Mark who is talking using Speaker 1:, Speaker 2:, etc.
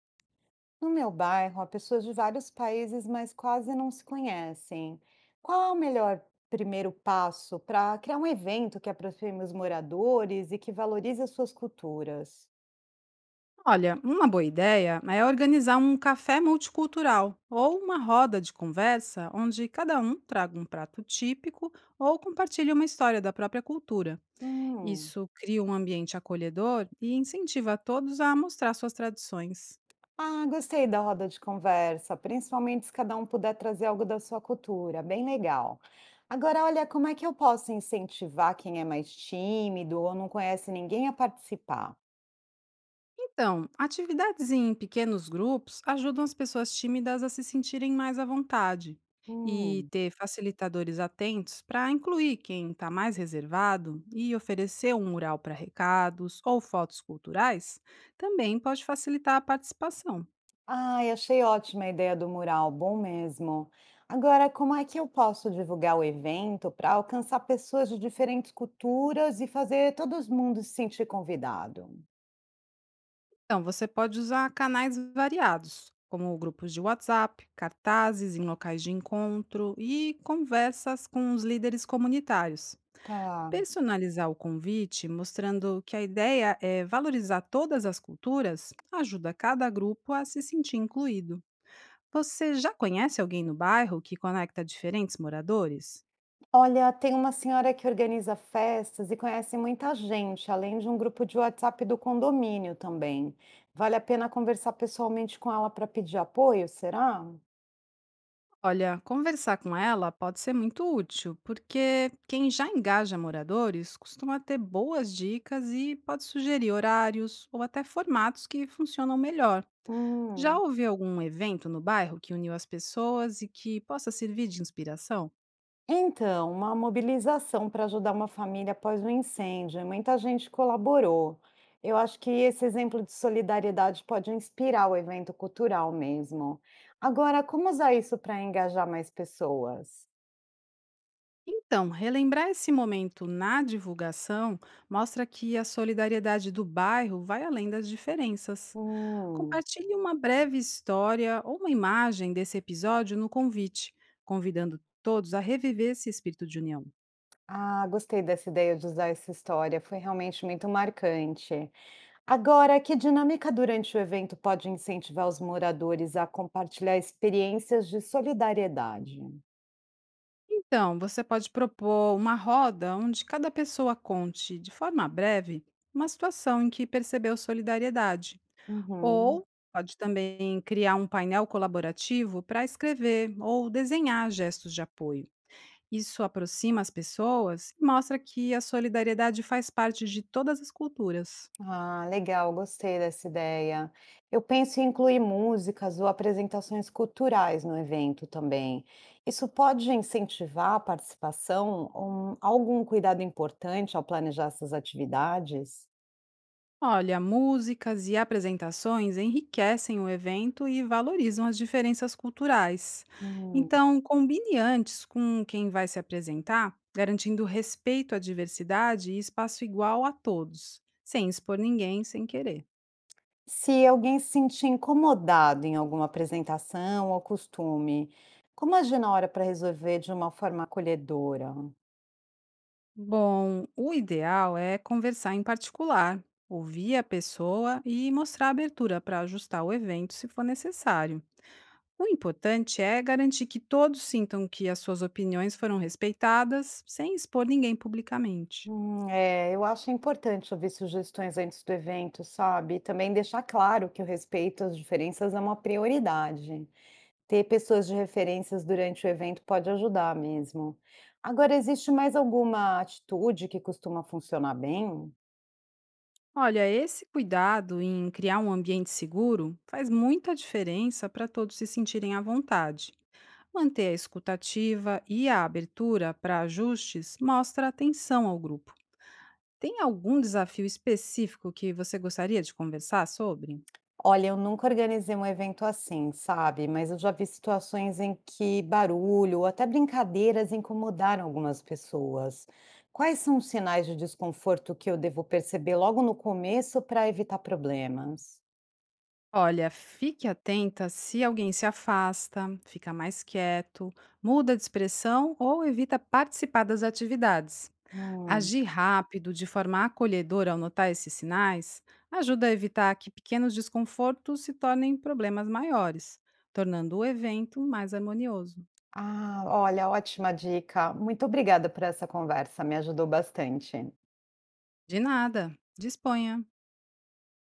Speaker 1: No meu bairro, há pessoas de vários países, mas quase não se conhecem. Qual é o melhor primeiro passo para criar um evento que aproxime os moradores e que valorize as suas culturas?
Speaker 2: Olha, uma boa ideia é organizar um café multicultural ou uma roda de conversa onde cada um traga um prato típico ou compartilhe uma história da própria cultura.
Speaker 1: Hum.
Speaker 2: Isso cria um ambiente acolhedor e incentiva a todos a mostrar suas tradições.
Speaker 1: Ah, gostei da roda de conversa, principalmente se cada um puder trazer algo da sua cultura. Bem legal. Agora, olha, como é que eu posso incentivar quem é mais tímido ou não conhece ninguém a participar?
Speaker 2: Então, atividades em pequenos grupos ajudam as pessoas tímidas a se sentirem mais à vontade. E
Speaker 1: Hum.
Speaker 2: ter facilitadores atentos para incluir quem está mais reservado e oferecer um mural para recados ou fotos culturais também pode facilitar a participação.
Speaker 1: Ai, achei ótima a ideia do mural, bom mesmo. Agora, como é que eu posso divulgar o evento para alcançar pessoas de diferentes culturas e fazer todo mundo se sentir convidado?
Speaker 2: Então, você pode usar canais variados, como grupos de WhatsApp, cartazes em locais de encontro e conversas com os líderes comunitários.
Speaker 1: Tá.
Speaker 2: Personalizar o convite, mostrando que a ideia é valorizar todas as culturas, ajuda cada grupo a se sentir incluído. Você já conhece alguém no bairro que conecta diferentes moradores?
Speaker 1: Olha, tem uma senhora que organiza festas e conhece muita gente, além de um grupo de WhatsApp do condomínio também. Vale a pena conversar pessoalmente com ela para pedir apoio, será?
Speaker 2: Olha, conversar com ela pode ser muito útil, porque quem já engaja moradores costuma ter boas dicas e pode sugerir horários ou até formatos que funcionam melhor. Já
Speaker 1: Hum.
Speaker 2: houve algum evento no bairro que uniu as pessoas e que possa servir de inspiração?
Speaker 1: Então, uma mobilização para ajudar uma família após um incêndio, e muita gente colaborou. Eu acho que esse exemplo de solidariedade pode inspirar o evento cultural mesmo. Agora, como usar isso para engajar mais pessoas?
Speaker 2: Então, relembrar esse momento na divulgação mostra que a solidariedade do bairro vai além das diferenças.
Speaker 1: Hum,
Speaker 2: Compartilhe uma breve história ou uma imagem desse episódio no convite, convidando todos a reviver esse espírito de união.
Speaker 1: ah, gostei dessa ideia de usar essa história, foi realmente muito marcante. Agora, que dinâmica durante o evento pode incentivar os moradores a compartilhar experiências de solidariedade?
Speaker 2: Então, você pode propor uma roda onde cada pessoa conte, de forma breve, uma situação em que percebeu solidariedade. Ou
Speaker 1: Uhum.
Speaker 2: pode também criar um painel colaborativo para escrever ou desenhar gestos de apoio. Isso aproxima as pessoas e mostra que a solidariedade faz parte de todas as culturas.
Speaker 1: Ah, legal, gostei dessa ideia. Eu penso em incluir músicas ou apresentações culturais no evento também. Isso pode incentivar a participação? Algum cuidado importante ao planejar essas atividades?
Speaker 2: Olha, músicas e apresentações enriquecem o evento e valorizam as diferenças culturais.
Speaker 1: Hum.
Speaker 2: Então, combine antes com quem vai se apresentar, garantindo respeito à diversidade e espaço igual a todos, sem expor ninguém sem querer.
Speaker 1: Se alguém se sentir incomodado em alguma apresentação ou costume, como agir na hora para resolver de uma forma acolhedora?
Speaker 2: Bom, o ideal é conversar em particular, ouvir a pessoa e mostrar abertura para ajustar o evento se for necessário. O importante é garantir que todos sintam que as suas opiniões foram respeitadas, sem expor ninguém publicamente.
Speaker 1: É, eu acho importante ouvir sugestões antes do evento, sabe? E também deixar claro que o respeito às diferenças é uma prioridade. Ter pessoas de referências durante o evento pode ajudar mesmo. Agora, existe mais alguma atitude que costuma funcionar bem?
Speaker 2: Olha, esse cuidado em criar um ambiente seguro faz muita diferença para todos se sentirem à vontade. Manter a escutativa e a abertura para ajustes mostra atenção ao grupo. Tem algum desafio específico que você gostaria de conversar sobre?
Speaker 1: Olha, eu nunca organizei um evento assim, sabe? Mas eu já vi situações em que barulho ou até brincadeiras incomodaram algumas pessoas. Quais são os sinais de desconforto que eu devo perceber logo no começo para evitar problemas?
Speaker 2: Olha, fique atenta se alguém se afasta, fica mais quieto, muda de expressão ou evita participar das atividades.
Speaker 1: Hum.
Speaker 2: Agir rápido, de forma acolhedora ao notar esses sinais, ajuda a evitar que pequenos desconfortos se tornem problemas maiores, tornando o evento mais harmonioso.
Speaker 1: Ah, olha, ótima dica. Muito obrigada por essa conversa, me ajudou bastante.
Speaker 2: De nada, disponha!